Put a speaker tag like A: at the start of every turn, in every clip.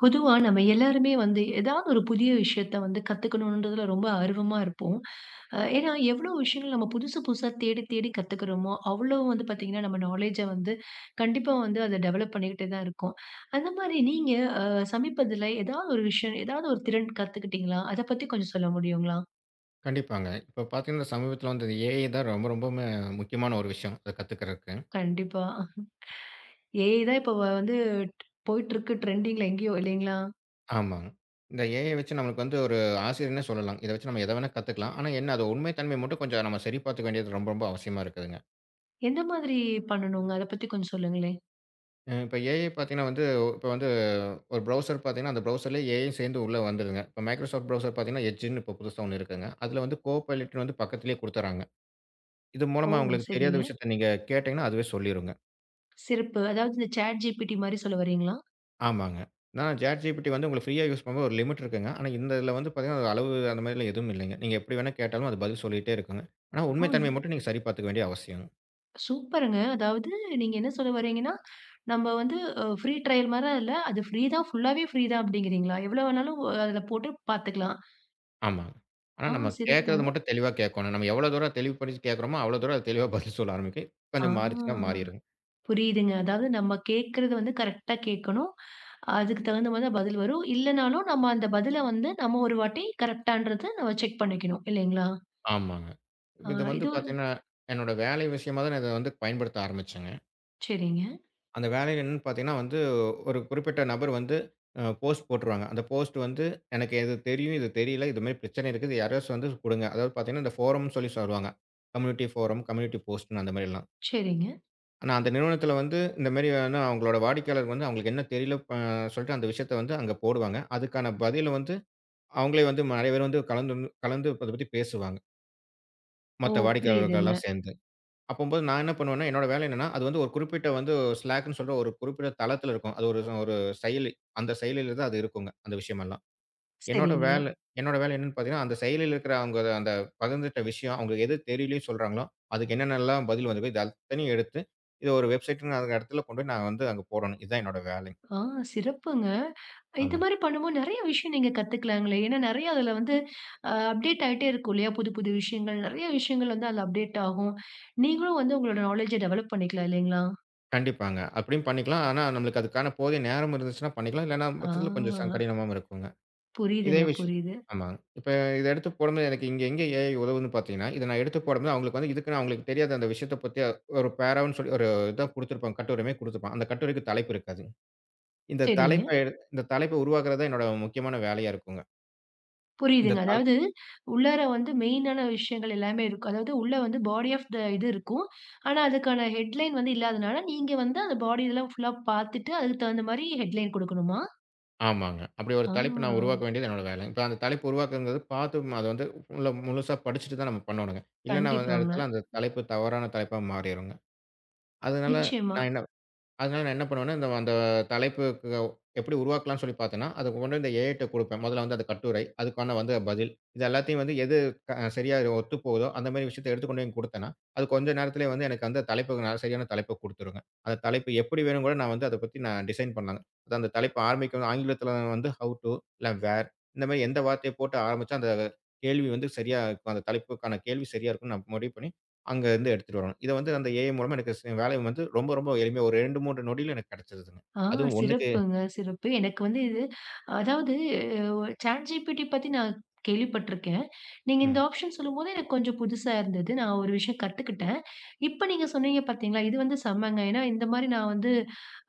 A: பொதுவா நம்ம எல்லாருமே வந்து ஏதாவது ஒரு புதிய விஷயத்த வந்து கத்துக்கணுன்றதுல ரொம்ப ஆர்வமா இருப்போம். அ ஏன்னா எவ்ளோ விஷயங்கள் நம்ம புதுசு புதுசா தேடி தேடி கத்துக்கிறோமோ, அவ்ளோ வந்து பார்த்தீங்கன்னா, நம்ம நாலேட்ஜ வந்து கண்டிப்பா வந்து அத டெவலப் பண்ணிக்கிட்டே தான் இருக்கோம். அந்த மாரி நீங்க அ சமீபத்தில ஏதாவது ஒரு விஷயம், ஏதாவது ஒரு திறன் கத்துக்கிட்டீங்களா? அத பத்தி கொஞ்சம் சொல்ல முடியுங்களா?
B: கண்டிப்பாங்க. இப்ப பார்த்தீங்கன்னா, சமீபத்தில வந்து ஏஐ தான் ரொம்ப ரொம்பவுமே முக்கியமான ஒரு விஷயம். அத கத்துக்கிறதுக்கு.
A: கண்டிப்பா. ஏஐ தான் இப்போ வந்து போயிட்டுருக்கு ட்ரெண்டிங்ல எங்கேயோ இல்லைங்களா?
B: ஆமாங்க. இந்த ஏஐ வச்சு நம்மளுக்கு வந்து ஒரு ஆசிரியர்னே சொல்லலாம். இத வச்சு நம்ம எத வேணா கத்துக்கலாம். ஆனா என்ன அது உண்மை தன்மை மட்டும் கொஞ்சம் நம்ம சரி பார்த்துக்க வேண்டியது ரொம்ப ரொம்ப அவசியமா இருக்குதுங்க.
A: எந்த மாதிரி பண்ணணுங்க? அத பத்தி கொஞ்சம் சொல்லுங்களேன்.
B: இப்ப ஏஐ பார்த்தீங்கன்னா வந்து, இப்ப வந்து ஒரு ப்ரௌசர் பார்த்தீங்கன்னா, அந்த ப்ரௌசர்லயே ஏஐயும் சேர்ந்து உள்ள வந்துருங்க. இப்ப Microsoft ப்ரௌசர் பார்த்தீங்கன்னா, எட்ஜ்ன்னு இப்ப புதுசா ஒண்ணு இருக்குங்க. அதுல வந்து கோ பைலட்ன்னு வந்து பக்கத்திலேயே குடுத்துர்றாங்க. இது
A: ஓ!
B: மூலமா உங்களுக்கு தெரியாத
A: சரிங்க.
B: விஷயத்த நீங்க கேட்டீங்கன்னா, அதுவே சொல்லிருங்க.
A: சிறப்பு. அதாவது இந்த ChatGPT மாரி சொல்ல வரீங்களா?
B: ஆமாங்க. நான் ChatGPT வந்து உங்களுக்கு ஃப்ரீயா யூஸ் பண்ணும்போது ஒரு லிமிட் இருக்குங்க. ஆனா, இந்த இதில வந்து பார்த்தீங்கன்னா, அது அளவு அந்த மாதிரிலாம் எதுவும் இல்லைங்க. நீங்க எப்படி வேணா கேட்டாலும் அது பதில் சொல்லிட்டே இருக்குங்க. ஆனா,
A: ஆ,
B: உண்மை தன்மைய மட்டும் நீங்க சரி பார்த்துக்க வேண்டிய அவசியம்.
A: சூப்பருங்க. அதாவது நீங்க என்ன சொல்ல வரீங்கன்னா, நம்ம வந்து ஃப்ரீ ட்ரையல் மாரி இல்ல. அது ஃப்ரீ தான், ஃபுல்லாவே ஃப்ரீ தான் அப்டிங்கிறீங்களா? எவ்வளோ வேணாலும் அதுல போட்டு பார்த்துக்கலாம்.
B: ஆமாங்க. ஆனா,
A: ஆ,
B: நம்ம கேட்கறது
A: சிறப்புங்க.
B: மட்டும் தெளிவா கேட்கணும். நம்ம எவ்வளோ தூரம் தெளிவுபடுத்தி கேட்கிறோமோ, அவ்வளோ தூரம் அது தெளிவா பதில் சொல்ல ஆரம்பிக்கும்.
A: ஆ,
B: கொஞ்சம் மாறிச்சுன்னா மாறிருங்க.
A: புரியுதுங்க. அதாவது நம்ம கேட்கறது வந்து கரெக்ட்டா கேட்கணும். அதுக்கு தகுந்த மாரி தான் பதில் வரும். இல்லனாலும் நம்ம அந்த பதில வந்து நம்ம ஒரு வாட்டி கரெக்ட்டான்றத நம்ம செக் பண்ணிக்கணும் இல்லைங்களா?
B: ஆமாங்க. இப்ப
A: ஆ,
B: இது வந்து
A: இது ஒரு
B: பார்த்தீங்கன்னா, என்னோட வேலை விஷயமா தான் நான் இத வந்து பயன்படுத்த ஆரம்பிச்சேங்க.
A: சரிங்க,
B: அந்த வேலையில என்னன்னு பார்த்தீங்கன்னா வந்து, ஒரு குறிப்பிட்ட நபர் வந்து போஸ்ட் போட்டுருவாங்க. அந்த போஸ்ட் வந்து எனக்கு இது தெரியும், இது தெரியல, இது மாரி பிரச்சனை இருக்குது. யாராச்சும் வந்து குடுங்க. அதாவது பார்த்தீங்கன்னா, இந்த ஃபோரம்ன்னு சொல்லி சொல்லுவாங்க. கம்யூனிட்டி ஃபோரம், கம்யூனிட்டி போஸ்ட்ன்னு அந்த மாரிலாம்.
A: சரிங்க.
B: ஆனா அந்த நிறுவனத்தில வந்து இந்த மாரி ஆனா அவங்களோட வாடிக்கையாளர் வந்து அவங்களுக்கு என்ன தெரியல சொல்லிட்டு அந்த விஷயத்த வந்து அங்க போடுவாங்க. அதுக்கான பதில வந்து அவங்களே வந்து நிறைய பேர் வந்து கலந்து கலந்து அத பத்தி பேசுவாங்க.
A: ஓ!
B: மத்த
A: புரியுதுங்க.
B: வாடிக்கையாளர்கள்லாம் சேர்ந்து. அப்பம்போது நான் என்ன பண்ணுவேன்னா, என்னோட வேலை என்னன்னா, அது வந்து ஒரு குறிப்பிட்ட வந்து ஸ்லாக்ன்னு சொல்ற ஒரு குறிப்பிட்ட தளத்தில இருக்கும். அது ஒரு ஒரு செயலி. அந்த செயலில தான் அது இருக்குங்க. அந்த விஷயமெல்லாம். என்னோட வேலை
A: சரிங்க.
B: என்னோட வேலை என்னன்னு பார்த்தீங்கன்னா, அந்த செயலில இருக்கிற அவங்க அந்த பகிர்ந்துட்ட விஷயம், அவங்களுக்கு எது தெரியலையோ சொல்றாங்களோ, அதுக்கு என்னென்னலாம் பதில் வந்திருக்கோ, இது அத்தனையும் எடுத்து, இத ஒரு வெப்சைட்ன்னு அந்த இடத்துல கொண்டு போய் நான் வந்து அங்க போடணும். இதுதான் என்னோட வேலை.
A: ஆ, சிறப்புங்க. இந்த
B: ஆமா.
A: மாரி பண்ணும்போது நெறைய விஷயம் நீங்க கத்துக்கலாங்களே! ஏன்னா நெறைய அதுல வந்து அப்டேட் ஆயிட்டே இருக்கும் இல்லையா? புது புது விஷயங்கள், நெறைய விஷயங்கள் வந்து அதுல அப்டேட் ஆகும். நீங்களும் வந்து உங்களோட நாலேட்ஜ டெவலப் பண்ணிக்கலாம் இல்லைங்களா?
B: கண்டிப்பாங்க. அப்படியும் பண்ணிக்கலாம். ஆனா, நம்மளுக்கு அதுக்கான போதிய நேரம் இருந்துச்சுன்னா பண்ணிக்கலாம். இல்லன்னா பட்சத்தில கொஞ்சம்
A: ஆ,
B: கடினமாவும் இருக்குங்க. இதே
A: புரியுதுங்க,
B: விஷயம்
A: புரியுது.
B: ஆமா. இப்ப இத எடுத்து போடும்போது எனக்கு இங்க எங்க ஏஐ உதவுதுன்னு பார்த்தீங்கன்னா, இத நான் எடுத்து போடும்போது அவங்களுக்கு வந்து இதுக்குன்னு அவங்களுக்கு தெரியாத அந்த விஷயத்த பத்தி ஒரு பேரான்னு சொல்லி ஒரு இத குடுத்திருப்பாங்க. கட்டுரைமாரி குடுத்திருப்பான். அந்த கட்டுரைக்கு தலைப்பு இருக்காது.
A: சரிங்க.
B: இந்த தலைப்ப உருவாக்குறது தான் என்னோட முக்கியமான வேலையா இருக்குங்க. இந்த
A: புரியுதுங்க.
B: தலை
A: அதாவது உள்ளார வந்து மெயினான விஷயங்கள் எல்லாமே இருக்கும். அதாவது உள்ள வந்து பாடி ஆஃப் த இது இருக்கும். ஆனா அதுக்கான ஹெட்லைன் வந்து இல்லாதனால, நீங்க வந்து அந்த பாடி இதெல்லாம் ஃபுல்லா பாத்துட்டு, அதுக்கு தகுந்த மாரி ஹெட்லைன் குடுக்கணுமா?
B: ஆமாங்க. அப்படி ஒரு
A: ஆ,
B: தலைப்பு நான் உருவாக்க வேண்டியது என்னோட வேலை. இப்ப அந்த தலைப்பு உருவாக்குங்கிறது பார்த்து அத வந்து முழு முழுசா படிச்சுட்டு தான் நம்ம பண்ணணுங்க. இல்லன்னா அந்த
A: கண்டிப்பாங்க.
B: இடத்துல அந்த தலைப்பு தவறான தலைப்பா மாறிருங்க. அதனால
A: நிச்சயமா.
B: நான் என்ன அதனால நான் என்ன பண்ணுவேன்னா, அந்த தலைப்புக்கு எப்படி உருவாக்கலாம்ன்னு சொல்லி பார்த்தேன்னா, அத கொண்டு வந்து இந்த ஏஐட்ட குடுப்பேன். முதல்ல வந்து அது கட்டுரை, அதுக்கான வந்து பதில். இது எல்லாத்தையும் வந்து எது சரியா ஒத்து போகுதோ, அந்த மாரி விஷயத்த எடுத்து கொண்டு போய் குடுத்தேன்னா, அது கொஞ்ச நேரத்திலேயே வந்து எனக்கு அந்த தலைப்புக்கு நான் சரியான தலைப்ப குடுத்துருங்க. அந்த தலைப்பு எப்படி வேணும் கூட நான் வந்து அத பத்தி நான் டிசைன் பண்ணலாங்க. அது அந்த தலைப்ப ஆரம்பிக்கும் ஆங்கிலத்தில வந்து ஹவ் டூ இல்ல வேர் இந்த மாரி எந்த வார்த்தைய போட்டு ஆரம்பிச்சா, அந்த கேள்வி வந்து சரியா இருக்கும். அந்த தலைப்புக்கான கேள்வி சரியா இருக்கும்னு நான் முடிவு பண்ணி அங்கருந்து எடுத்துட்டு வரணும். இத வந்து அந்த ஏஐ மூலமா எனக்கு வேலை வந்து ரொம்ப, ரொம்ப எளிமையா ஒரு 2, 3 நொடியில எனக்கு கெடைச்சிருதுங்க.
A: ஆ,
B: அதுவும் 1க்கு
A: சிறப்புங்க, சிறப்பு. எனக்கு வந்து இது அதாவது ChatGPT பத்தி நான் கேள்விப்பட்டுருக்கேன். நீங்க இந்த
B: ம்.
A: ஆப்ஷன் சொல்லும்போது எனக்கு கொஞ்சம் புதுசா இருந்தது. நான் ஒரு விஷயம் கத்துக்கிட்டேன். இப்ப நீங்க சொன்னீங்க பார்த்தீங்களா, இது வந்து செம்மங்க. ஏன்னா இந்த மாரி நான் வந்து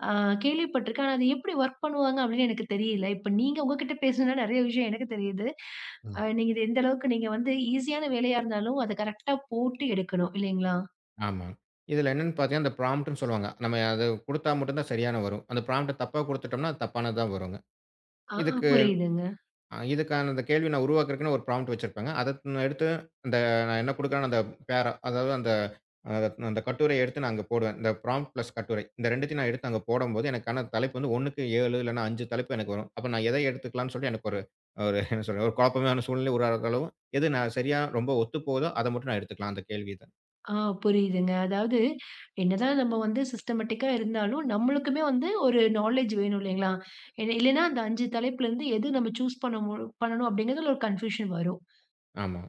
A: அ கேள்விப்பட்டுருக்கேன். ஆனா அது எப்படி ஒர்க் பண்ணுவாங்க அப்படின்னு எனக்கு தெரியல. இப்ப நீங்க உங்ககிட்ட பேசுனா நெறைய விஷயம் எனக்கு தெரியுது.
B: ம்.
A: நீங்க இது எந்த அளவுக்கு நீங்க வந்து ஈஸியான வேலையா இருந்தாலும் அத கரெக்ட்டா போட்டு எடுக்கணும் இல்லைங்களா?
B: ஆமா. இதுல என்னன்னு பார்த்தீங்கன்னா, அந்த ப்ராம்ப்ட்ன்னு சொல்லுவாங்க. நம்ம அத குடுத்தா மட்டும் தான் சரியான வரும். அந்த ப்ராம்ப்ட்ட தப்பா குடுத்துட்டோம்னா, அது தப்பானது தான் வருங்க.
A: ஆ, ஆ,
B: இதுக்கு
A: புரியுதுங்க.
B: இதுக்கான அந்த கேள்வி நான் உருவாக்குறதுக்குன்னு ஒரு ப்ராம்ப்ட் வச்சிருப்பேங்க. அத நான் எடுத்து அந்த நான் என்ன குடுக்குறேனோ அந்த பேரா, அதாவது அ அந்த கட்டுரைய எடுத்து நான் அங்க போடுவேன். இந்த ப்ராம்ப்ட் பிளஸ் கட்டுரை. இந்த 2த்தையும் நான் எடுத்து அங்க போடும்போது எனக்கான தலைப்பு வந்து 1க்கு 7 இல்லன்னா 5 தலைப்பு எனக்கு வரும். அப்ப நான் எதை எடுத்துக்கலாம்னு சொல்லி எனக்கு ஒரு ஒரு என்ன சொல்றது, ஒரு குழப்பமான சூழ்நிலை உருவாகுற அளவு, எது நான் சரியா ரொம்ப ஒத்துப் போகுதோ அத மட்டும் நான் எடுத்துக்கலாம் அந்த கேள்வியில.
A: ஆ, புரியுதுங்க. அதாவது என்னதான் நம்ம வந்து சிஸ்டமேட்டிக்கா இருந்தாலும், நம்மளுக்குமே வந்து ஒரு நாலேட்ஜ் வேணும் இல்லைங்களா? இல்ல இல்லைன்னா அந்த 5 தலைப்புலருந்து எது நம்ம சூஸ் பண்ண பண்ணணும் அப்படிங்கிறதுல ஒரு கன்ஃபியூஷன் வரும்.
B: ஆமா.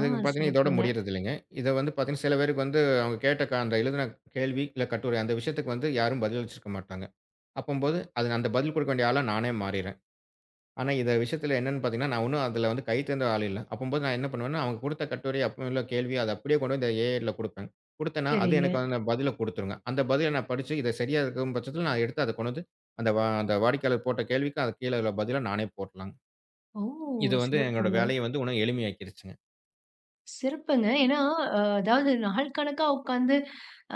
A: ஆ,
B: பார்த்தீங்கன்னா இதோட
A: சிறப்புங்க.
B: முடியறது இல்லைங்க. இத வந்து பார்த்தீங்கன்னா சில பேருக்கு வந்து அவங்க கேட்ட அந்த எழுதின கேள்வி, இல்ல கட்டுரை அந்த விஷயத்துக்கு வந்து யாரும் பதிலளிச்சிருக்க மாட்டாங்க. அப்பம்போது, அது அந்த பதில் குடுக்க வேண்டிய ஆளா நானே மாறிறேன். ஆனா, இந்த விஷயத்துல என்னன்னு பாத்தீங்கன்னா, நான் ஒண்ணும் அதுல வந்து கை தேர்ந்த ஆள் இல்ல. அப்பம்போது நான் என்ன பண்ணுவேன்னா, அவங்க குடுத்த கட்டுரை, அப்ப உள்ள கேள்வி அத அப்படியே கொண்டு வந்து ஏஐல குடுப்பேன். குடுத்தேன்னா, அது
A: சரிங்க.
B: எனக்கு அந்த பதில குடுத்துருங்க. அந்த பதில நான் படிச்சு, இது சரியா இருக்கும் பட்சத்துல நான் எடுத்து அத கொண்டு வந்து, அந்த வாடிக்கையாளர் போட்ட கேள்விக்கு அதுக்கு கீழ உள்ள பதிலா நானே போட்லாங்க.
A: ஓ!
B: இது வந்து எங்களோட
A: சிறப்புங்க.
B: வேலைய வந்து உன்னும் எளிமையாக்கிருச்சுங்க.
A: சிறப்புங்க. ஏன்னா, அ அதாவது நாள் கணக்கா உட்காந்து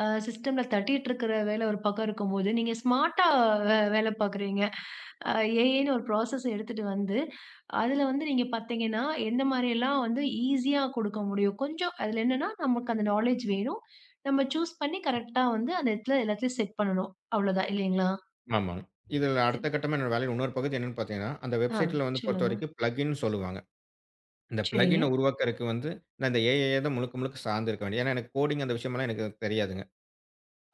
A: சிஸ்டம்ல தட்டிட்டு இருக்கிற வேலை ஒரு பக்கம் இருக்கும்போது, நீங்க ஸ்மார்ட்டா வேலை பார்க்குறீங்க. அ ஏஐன்னு ஒரு ப்ராசஸ் எடுத்துட்டு வந்து, அதில வந்து நீங்க பார்த்தீங்கன்னா, எந்த மாரியெல்லாம் வந்து ஈஸியா கொடுக்க முடியும். கொஞ்சம் அதில என்னன்னா, நமக்கு அந்த நாலேட்ஜ் வேணும். நம்ம சூஸ் பண்ணி கரெக்ட்டா வந்து அந்த இடத்துல எல்லாத்தையும் செட் பண்ணணும். அவ்வளோதான் இல்லைங்களா?
B: ஆமாங்க. இதுல
A: சரி.
B: அடுத்த கட்டமா என்னோட வேலையில இன்னொரு பகுதி என்னன்னு பாத்தீங்கன்னா, அந்த
A: ஆ,
B: வெப்சைட்ல வந்து
A: சொல்லுங்க.
B: பொறுத்தவரைக்கும் பிளக்கின்னு சொல்லுவாங்க. இந்த
A: சரிங்க.
B: பிளக்கின உருவாக்குறக்கு வந்து, நான் இந்த ஏஐ தான் முழுக்க முழுக்க சார்ந்து இருக்க வேண்டியது. ஏன்னா, எனக்கு கோடிங் அந்த விஷயமெல்லாம் எனக்கு தெரியாதுங்க.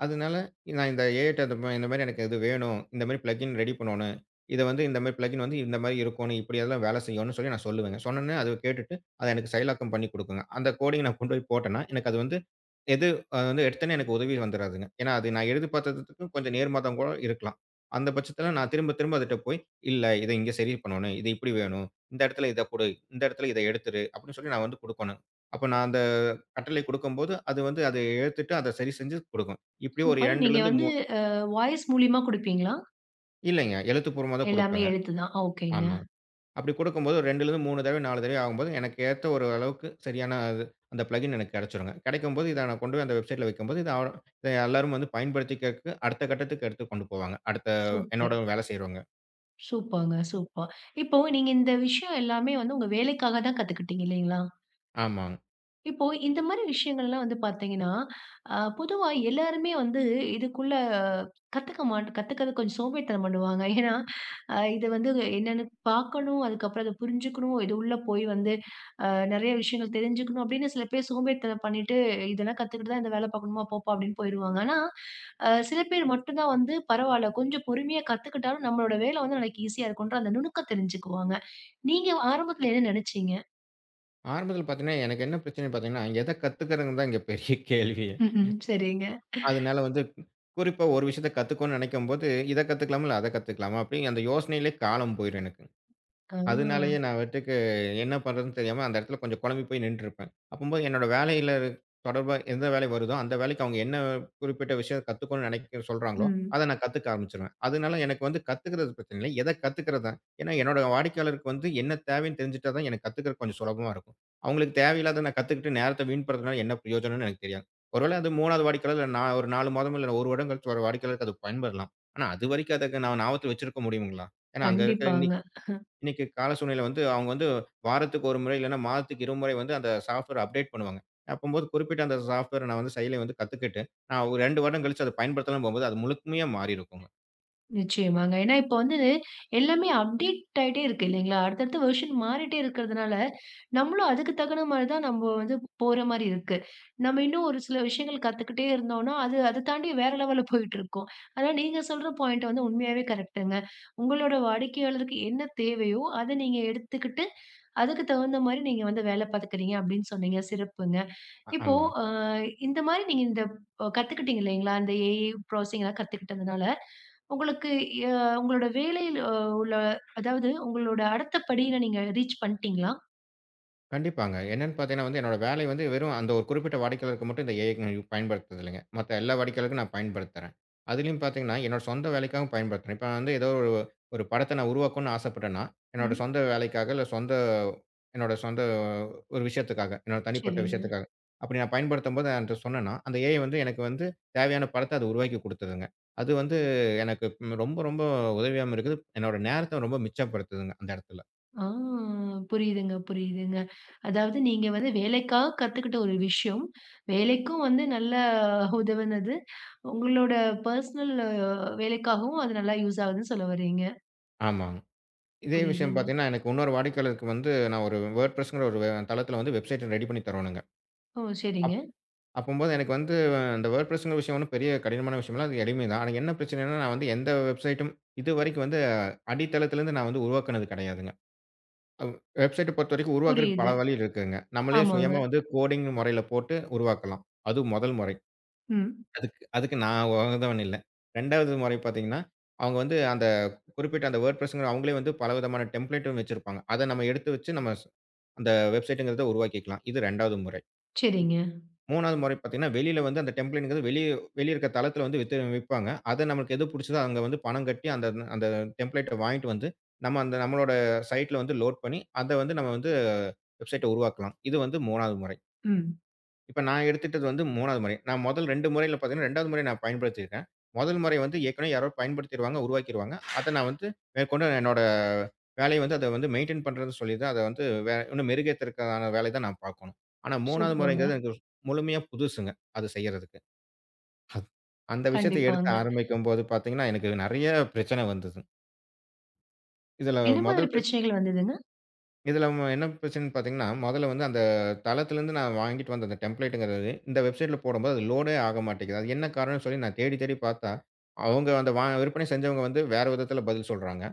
B: அதனால நான் இந்த ஏஐட்ட இந்த மாரி எனக்கு இது வேணும். இந்த மாரி பிளக்கின் ரெடி பண்ணணும். இத வந்து இந்த மாரி பிளக்கின் வந்து இந்த மாரி இருக்கணும். இப்படியெல்லாம் வேலை செய்யும்னு சொல்லி நான் சொல்லுவேங்க. சொன்னோனே அது கேட்டுட்டு அத எனக்கு செயலாக்கம் பண்ணி குடுக்குங்க. அந்த கோடிங் நான் கொண்டு போய் போட்டேன்னா, எனக்கு அது வந்து எது அது வந்து எடுத்தோனே எனக்கு உதவி வந்துராதுங்க. ஏன்னா அது நான் எதிர்பார்த்ததுக்கும் கொஞ்சம் நேர்மாறாகவும் கூட இருக்கலாம். அந்த பட்சத்தில நான் திரும்ப திரும்ப அதுட்ட போய், "இல்ல இத இங்க சரி பண்ணணும். இது இப்படி வேணும். இந்த இடத்துல இத குடு. இந்த இடத்துல இத எடுத்துரு." அப்படின்னு சொல்லி நான் வந்து குடுக்கணும். அப்ப நான் அந்த கட்டளை குடுக்கும்போது, அது வந்து அத எடுத்துட்டு அத சரி செஞ்சு குடுக்கும். இப்படி ஒரு
A: சூப்பர். நீங்க
B: 2லருந்து
A: வந்து வாய்ஸ் மூலியமா குடுப்பீங்களா?
B: இல்லைங்க. எழுத்துப்பூர்வமா தான்
A: எல்லாமே
B: குடுப்பேங்க.
A: எழுத்து தான். ஓகேங்க.
B: ஆமா. அப்படி குடுக்கும்போது ஒரு 2லருந்து 3 தடவை, 4 தடவை ஆகும்போது, எனக்கு ஏத்த ஒரு அளவுக்கு சரியான அது அந்த பிளகின் எனக்கு கிடைச்சுருங்க. கிடைக்கும்போது, இத நான் கொண்டு போய் அந்த வெப்சைட்ல வைக்கும்போது, இத எல்லாரும் வந்து பயன்படுத்திக்கிறதுக்கு அடுத்த கட்டத்துக்கு எடுத்து கொண்டு போவாங்க. அடுத்த
A: சூப்பர்.
B: என்னோட வேலை செய்றவங்க.
A: சூப்பர்ங்க, சூப்பர். இப்போ நீங்க இந்த விஷயம் எல்லாமே வந்து உங்க வேலைக்காக தான் கத்துக்கிட்டீங்க இல்லைங்களா?
B: ஆமாங்க.
A: இப்போ இந்த மாரி விஷயங்கள்லாம் வந்து பார்த்தீங்கன்னா, பொதுவா எல்லாருமே வந்து இதுக்குள்ள கத்துக்கிறது கொஞ்சம் சோம்பேறித்தனம் பண்ணுவாங்க. ஏன்னா, இது வந்து என்னன்னு பார்க்கணும், அதுக்கப்புறம் அத புரிஞ்சுக்கணும், இது உள்ள போய் வந்து அ நெறைய விஷயங்கள் தெரிஞ்சுக்கணும் அப்படின்னு சில பேர் சோம்பேறித்தனம் பண்ணிட்டு, இதெல்லாம் கத்துக்கிட்டு தான் இந்த வேல பார்க்கணுமா போப்பா அப்படின்னு போயிருவாங்க. ஆனா, சில பேர் மட்டும் தான் வந்து பரவால்ல கொஞ்சம் பொறுமையா கத்துக்கிட்டாலும் நம்மளோட வேலை வந்து நாளைக்கு ஈஸியா இருக்குன்ற அந்த நுணுக்கம் தெரிஞ்சுக்குவாங்க. நீங்க ஆரம்பத்துல என்ன நெனச்சீங்க?
B: ஆரம்பத்தில பார்த்தீங்கன்னா, எனக்கு என்ன பிரச்சனைன்னு பார்த்தீங்கன்னா, எத கத்துக்கிறதுன்னு தான் இங்க பெரிய கேள்வியே.
A: ம்ஹ்ம். சரிங்க.
B: அதனால வந்து குறிப்பா ஒரு விஷயத்த கத்துக்கணும்னு நினைக்கும்போது, இத கத்துக்கலாமா? இல்ல அத கத்துக்கலாமா? அப்படின்னு அந்த யோசனையிலே காலம் போயிரும் எனக்கு.
A: ஆ.
B: அதனாலேயே நான் பாட்டுக்கு என்ன பண்ணுறதுன்னு தெரியாம அந்த இடத்துல கொஞ்சம் குழம்பி போய் நின்னுட்டுருப்பேன். அப்பம்போது என்னோட வேலையில தொடர்பா எந்த வேலை வருதோ, அந்த வேலைக்கு அவங்க என்ன குறிப்பிட்ட விஷயம் கத்துக்கணும்னு நினைக்க சொல்றாங்களோ,
A: ம்.
B: அத நான் கத்துக்க ஆரம்பிச்சுருவேன். அதனால எனக்கு வந்து கத்துக்கிறது பிரச்சனை இல்ல. எத கத்துக்கிறது தான். ஏன்னா என்னோட வாடிக்கையாளருக்கு வந்து என்ன தேவைன்னு தெரிஞ்சுட்டா தான் எனக்கு கத்துக்கிறது கொஞ்சம் சுலபமா இருக்கும். அவங்களுக்கு தேவையில்லாத நான் கத்துக்கிட்டு நேரத்த வீண்படுத்துனால என்ன பிரயோஜனம்னு எனக்கு தெரியாது. ஒருவேள அது 3வது வாடிக்கையாளர் இல்ல நான் ஒரு 4 மாதம் இல்ல 1 வருடம் கழிச்சு வர வாடிக்கையாளருக்கு அது பயன்படலாம். ஆனா அதுவரைக்கும் அதுக்கு நான் ஞாபகத்துல வச்சிருக்க முடியுங்களா? ஏன்னா அங்க இருக்க
A: கண்டிப்பாங்க.
B: இன்னைக்கு கால சூழ்நிலை வந்து அவங்க வந்து வாரத்துக்கு 1 முறை இல்லன்னா மாதத்துக்கு இருமுறை வந்து அந்த சாஃப்ட்வேர் அப்டேட் பண்ணுவாங்க. அப்பம்போது குறிப்பிட்ட அந்த சாஃப்ட்வேர் நான் வந்து செயலிய வந்து கத்துக்கிட்டு, நான் ஒரு 2 வருடம் கழிச்சு அத பயன்படுத்தலாம் போம்போது, அது முழுமையா மாறியிருக்குங்க.
A: நிச்சயமாங்க. ஏன்னா இப்ப வந்து எல்லாமே அப்டேட் ஆயிட்டே இருக்கு இல்லைங்களா? அடுத்தடுத்த வெர்ஷன் மாறிட்டே இருக்கிறதுனால, நம்மளும் அதுக்கு தகுந்த மாரி தான் நம்ம வந்து போற மாரி இருக்கு. நம்ம இன்னும் ஒரு சில விஷயங்கள் கத்துக்கிட்டே இருந்தோம்னா, அது அத தாண்டி வேற லெவல்ல போயிட்டுருக்கும். ஆனா நீங்க சொல்ற பாயிண்ட் வந்து உண்மையாவே கரெக்ட்டுங்க. உங்களோட வாடிக்கையாளருக்கு என்ன தேவையோ, அத நீங்க எடுத்துக்கிட்டு, அதுக்கு தகுந்த மாரி நீங்க வந்து வேலை பாத்துக்கிறீங்க அப்படின்னு சொன்னீங்க. சிறப்புங்க. இப்போ
B: ஆமா.
A: அ இந்த மாரி நீங்க இந்த கத்துக்கிட்டீங்க இல்லைங்களா? இந்த ஏஐ ப்ராசஸிங்லாம் கத்துக்கிட்டதுனால, உங்களுக்கு அ உங்களோட வேலையில உள்ள அதாவது உங்களோட அடுத்த படியில நீங்க ரீச் பண்ணிட்டீங்களா?
B: கண்டிப்பாங்க. என்னன்னு பார்த்தீங்கன்னா வந்து, என்னோட வேலை வந்து வெறும் அந்த ஒரு குறிப்பிட்ட வாடிக்கையாளருக்கு மட்டும் இந்த ஏஐ பயன்படுத்துறது இல்லைங்க. மத்த எல்லா வாடிக்கையாளருக்கும் நான் பயன்படுத்துறேன். அதிலயும் பார்த்தீங்கன்னா, என்னோட சொந்த வேலைக்காகவும் பயன்படுத்துறேன். இப்ப வந்து ஏதோ ஒரு ஒரு படத்த நான் உருவாக்கணும்னு ஆசைப்பட்டேன்னா, என்னோட
A: ம்.
B: சொந்த வேலைக்காக இல்ல என்னோட சொந்த ஒரு விஷயத்துக்காக, என்னோட தனிப்பட்ட
A: சரிங்க.
B: விஷயத்துக்காக, அப்படி நான் பயன்படுத்தும்போது என்ட்ட சொன்னேன்னா, அந்த ஏஐ வந்து எனக்கு வந்து தேவையான படத்த அது உருவாக்கி குடுத்துதுங்க. அது வந்து எனக்கு ம், ரொம்ப ரொம்ப உதவியாவும் இருக்குது. என்னோட நேரத்த ரொம்ப மிச்சப்படுத்துதுங்க அந்த இடத்துல.
A: ஆ, புரியுதுங்க, புரியுதுங்க. அதாவது நீங்க வந்து வேலைக்காக கத்துக்கிட்ட ஒரு விஷயம், வேலைக்கும் வந்து நல்லா உதவுனது. உங்களோட பர்சனல் வேலைக்காகவும் அது நல்லா யூஸ் ஆகுதுன்னு சொல்ல வர்றீங்க.
B: ஆமாங்க. இதே விஷயம்
A: புரியுதுங்க.
B: பார்த்தீங்கன்னா, எனக்கு இன்னொரு வாடிக்கையாளருக்கு வந்து நான் ஒரு WordPressங்கிற ஒரு தளத்தில வந்து வெப்சைட் ரெடி பண்ணி தரணுங்க.
A: ஓ! சரிங்க.
B: அப் அப்பம்போது எனக்கு வந்து அந்த WordPressங்கிற விஷயம் ஒண்ணும் பெரிய கடினமான விஷயம் இல்ல. அது எளிமை தான். ஆனா என்ன பிரச்சனைன்னா, நான் வந்து எந்த வெப்சைட்டும் இதுவரைக்கும் வந்து அடித்தளத்திலேருந்து நான் வந்து உருவாக்குனது கிடையாதுங்க. அவ் வெப்சைட்ட பொறுத்தவரைக்கும் உருவாக்குறதுக்கு பல
A: புரியுது.
B: வழி இருக்குங்க. நம்மளே
A: ஆமாங்க.
B: சுயமா வந்து கோடிங் முறையில போட்டு உருவாக்கலாம். அதுவும் முதல் முறை.
A: ம்.
B: அதுக்கு அதுக்கு நான் உகந்தவன் இல்ல. 2வது முறை பார்த்தீங்கன்னா, அவங்க வந்து அந்த குறிப்பிட்ட அந்த WordPressங்கிற அவங்களே வந்து பலவிதமான டெம்ப்ளேட்டும் வச்சிருப்பாங்க. அத நம்ம எடுத்து வச்சு நம்ம அந்த வெப்சைட்ங்கிறத உருவாக்கிக்கலாம். இது 2வது முறை.
A: சரிங்க.
B: 3வது முறை பார்த்தீங்கன்னா, வெளியில வந்து அந்த டெம்ப்ளேட்ங்கிறது வெளிய வெளிய இருக்க தளத்தில வந்து வித்து விப்பாங்க. அத நமக்கு எது புடிச்சதோ அங்க வந்து பணம் கட்டி அந்த அந்த டெம்ப்ளேட்ட வாங்கிட்டு வந்து, நம்ம அந்த நம்மளோட சைட்ல வந்து லோட் பண்ணி, அத வந்து நம்ம வந்து வெப்சைட்ட உருவாக்கலாம். இது வந்து 3வது முறை.
A: ம்.
B: இப்ப நான் எடுத்துட்டது வந்து 3வது முறை. நான் முதல் 2 முறையில பார்த்தீங்கன்னா, 2வது முறை நான் பயன்படுத்தியிருக்கேன். முதல் முறை வந்து ஏற்கனவே யாரோ பயன்படுத்திருவாங்க, உருவாக்கிருவாங்க. அத நான் வந்து மேற்கொண்டு என்னோட வேலைய வந்து அத வந்து மெயின்டெயின் பண்றதுன்னு சொல்லி தான் அத வந்து இன்னும் மெருகேத்துறதுக்கான வேலைய தான் நான் பார்க்கணும். ஆனா 3வது
A: சூப்பர்ங்க.
B: முறைங்கிறது எனக்கு முழுமையா புதுசுங்க. அது செய்யறதுக்கு. அது- அந்த விஷயத்த எடுத்து
A: கண்டிப்பாங்க.
B: ஆரம்பிக்கும்போது பார்த்தீங்கன்னா, எனக்கு நெறைய பிரச்சனை வந்தது. இதுல
A: என்ன மாதிரி
B: முதல் பிரச்ச
A: பிரச்சனைகள் வந்ததுங்க?
B: இதுல என்ன பிரச்சனைன்னு பார்த்தீங்கன்னா, மொதல்ல வந்து அந்த தளத்திலேருந்து நான் வாங்கிட்டு வந்த அந்த டெம்ப்ளேட்டுங்கிறது, இந்த வெப்சைட்ல போடும்போது அது லோடே ஆக மாட்டேங்குது. அது என்ன காரணம்னு சொல்லி நான் தேடி தேடி பார்த்தா, அவங்க அந்த வா விற்பனை செஞ்சவங்க வந்து வேற விதத்தில பதில் சொல்றாங்க.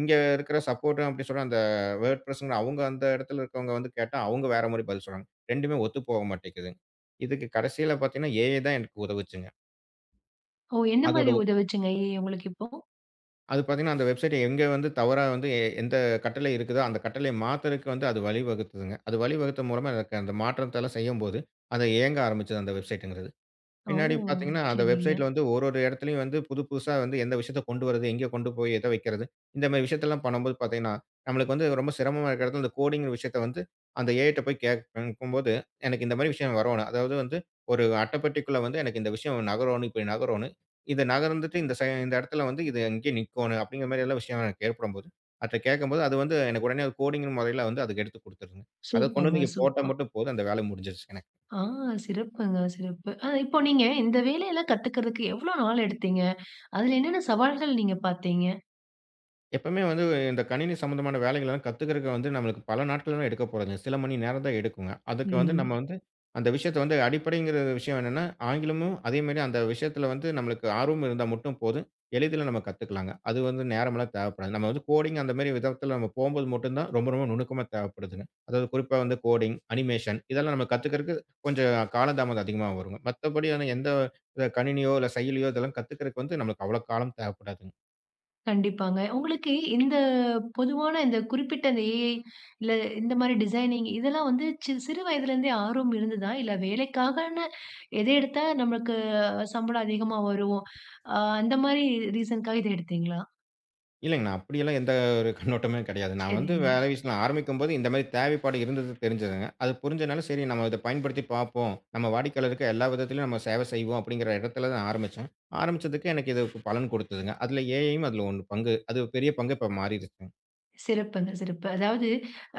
B: இங்க இருக்கிற சப்போர்ட்டு அப்படி சொல்ற அந்த வேர்ட்பிரஸ்ங்கிற அவங்க அந்த இடத்துல இருக்கவங்க வந்து கேட்டா, அவங்க வேற மாரி பதில் சொல்றாங்க. 2மே ஒத்து போக மாட்டேங்குதுங்க. இதுக்கு கடைசியில பார்த்தீங்கன்னா, ஏஐ தான் எனக்கு உதவுச்சுங்க.
A: ஓ! என்ன மாதிரி
B: அதோட
A: உதவுச்சுங்க உங்களுக்கு இப்போ?
B: அது பார்த்தீங்கன்னா, அந்த வெப்சைட் எங்க வந்து தவறா வந்து எந்த கட்டளை இருக்குதோ, அந்த கட்டளைய மாத்துறதுக்கு வந்து அது வழிவகுத்ததுங்க. அது வழிவகுத்த மூலமா எனக்கு அந்த மாற்றத்தெல்லாம் செய்யும்போது, அது இயங்க ஆரம்பிச்சது அந்த வெப்சைட்டுங்கிறது.
A: ஓ!
B: பின்னாடி பார்த்தீங்கன்னா, அந்த
A: சரிங்க.
B: வெப்சைட்ல வந்து ஒரு ஒரு இடத்துலயும் வந்து புது புதுசா வந்து எந்த விஷயத்த கொண்டு வர்றது, எங்க கொண்டு போய் எத வைக்கிறது, இந்த மாரி விஷயத்தெல்லாம் பண்ணும்போது பார்த்தீங்கன்னா, நம்மளுக்கு வந்து ரொம்ப சிரமமா இருக்கிற இடத்துல இந்த கோடிங்கிற விஷயத்த வந்து அந்த ஏஐ ட்ட போய் கேட்கும்போது, எனக்கு இந்த மாரி விஷயம் வரணும். அதாவது வந்து ஒரு அட்டைப்பெட்டிக்குள்ள வந்து எனக்கு இந்த விஷயம் நகரணும், இப்படி நகரணும். இது நகர்ந்துட்டு இந்த இடத்துல வந்து இது இங்கேயே நிக்கணும் அப்படிங்கிற மாரி எல்லாம் விஷயம் எனக்கு ஏற்படும்போது, அத கேட்கும்போது அது வந்து எனக்கு உடனே அது கோடிங் முறையில வந்து அதுக்கு எடுத்து குடுத்துருதுங்க. அத கொண்டு
A: சூப்பர்ங்க,
B: வந்து இங்க போட்டா
A: சூப்பர்.
B: மட்டும் போதும். அந்த வேலை முடிஞ்சிருச்சு.
A: ஆ, சிறப்புங்க, சிறப்பு. இப்போ நீங்க இந்த வேலையெல்லாம் கத்துக்கிறதுக்கு எவ்வளோ நாள் எடுத்தீங்க? அதுல என்னென்ன சவால்கள் நீங்க பார்த்தீங்க?
B: எப்பவுமே வந்து இந்த கணினி சம்மந்தமான வேலைகள்லாம் கத்துக்கிறதுக்கு வந்து நம்மளுக்கு பல நாட்கள்லாம் எடுக்க போறதில்ல. சில மணி நேரம் தான் எடுக்குங்க. அதுக்கு வந்து நம்ம
A: ம்.
B: வந்து அந்த விஷயத்த வந்து அடிப்படைங்கிற விஷயம் என்னன்னா, ஆங்கிலமும் அதே மாரி அந்த விஷயத்துல வந்து நம்மளுக்கு ஆர்வம் இருந்தா மட்டும் போதும். எளிதில நம்ம கத்துக்கலாங்க. அது வந்து நேரமெல்லாம் தேவைப்படாது. நம்ம வந்து கோடிங் அந்த மாரி விதத்துல நம்ம போம்போது மட்டும் தான் ரொம்ப ரொம்ப நுணுக்கமா தேவைப்படுதுங்க. அதாவது குறிப்பா வந்து கோடிங், அனிமேஷன் இதெல்லாம் நம்ம கத்துக்கிறதுக்கு கொஞ்சம் காலதாமதம் அதிகமா வருங்க. மத்தபடியான எந்த கணினியோ, இல்ல செயலியோ இதெல்லாம் கத்துக்கிறதுக்கு வந்து நம்மளுக்கு அவ்வளோ காலம் தேவைப்படாது.
A: கண்டிப்பாங்க. உங்களுக்கு இந்த பொதுவான இந்த குறிப்பிட்ட இந்த ஏஐ இல்ல இந்த மாரி டிசைனிங் இதெல்லாம் வந்து சிறு வயதிலேருந்தே ஆர்வம் இருந்ததா? இல்ல வேலைக்காகன்னு எத எடுத்தா நமக்கு சம்பளம் அதிகமா வரும். அந்த மாரி ரீசனுக்காக இத எடுத்தீங்களா?
B: இல்லைங்க. நான் அப்படியெல்லாம் எந்த ஒரு கண்ணோட்டமே கிடையாது. நான் வந்து
A: சரிங்க.
B: வேலை விஷயத்துல ஆரம்பிக்கும்போது இந்த மாரி தேவைப்பாடு இருந்தது தெரிஞ்சதுங்க. அது புரிஞ்சனால சரி நம்ம இத பயன்படுத்தி பார்ப்போம். நம்ம வாடிக்கையாளருக்கு எல்லா விதத்திலும் நம்ம சேவை செய்வோம் அப்படிங்கிற இடத்துல தான் ஆரம்பிச்சேன். ஆரம்பிச்சதுக்கு எனக்கு இது பலன் கொடுத்ததுங்க. அதுல ஏஐயும் அதுல 1 பங்கு. அது பெரிய பங்கு இப்ப மாறிடுச்சுங்க.
A: சிறப்புங்க, சிறப்பு. அதாவது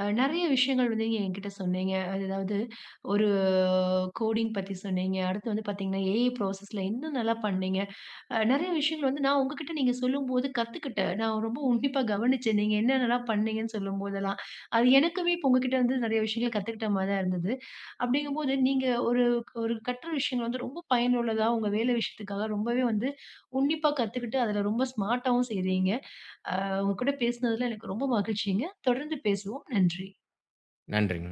A: நெறைய விஷயங்கள் வந்து நீங்க என்கிட்ட சொன்னீங்க. அது அதாவது ஒரு கோடிங் பத்தி சொன்னீங்க. அடுத்து வந்து பார்த்தீங்கன்னா, ஏஐ ப்ராசஸ்ல இன்னும் நல்லா பண்ணீங்க. நெறைய விஷயங்கள் வந்து நான் உங்ககிட்ட நீங்க சொல்லும்போது கத்துக்கிட்டேன். நான் ரொம்ப உன்னிப்பா கவனிச்சேன். நீங்க என்னென்னலாம் பண்ணீங்கன்னு சொல்லும்போதெல்லாம். அது எனக்குமே இப்போ உங்ககிட்ட வந்து நெறைய விஷயங்கள் கத்துக்கிட்ட மாரி தான் இருந்தது. அப்படிங்கும்போது நீங்க ஒரு ஒரு கற்ற விஷயங்கள் வந்து ரொம்ப பயனுள்ளதா, உங்க வேலை விஷயத்துக்காக ரொம்பவே வந்து உன்னிப்பா கத்துக்கிட்டு அதுல ரொம்ப ஸ்மார்ட்டாவும் செய்றீங்க. அ உங்க கூட பேசினதுல எனக்கு ரொம்ப மகிழ்ச்சிங்க. தொடர்ந்து பேசுவோம். நன்றி.
B: நன்றிங்க.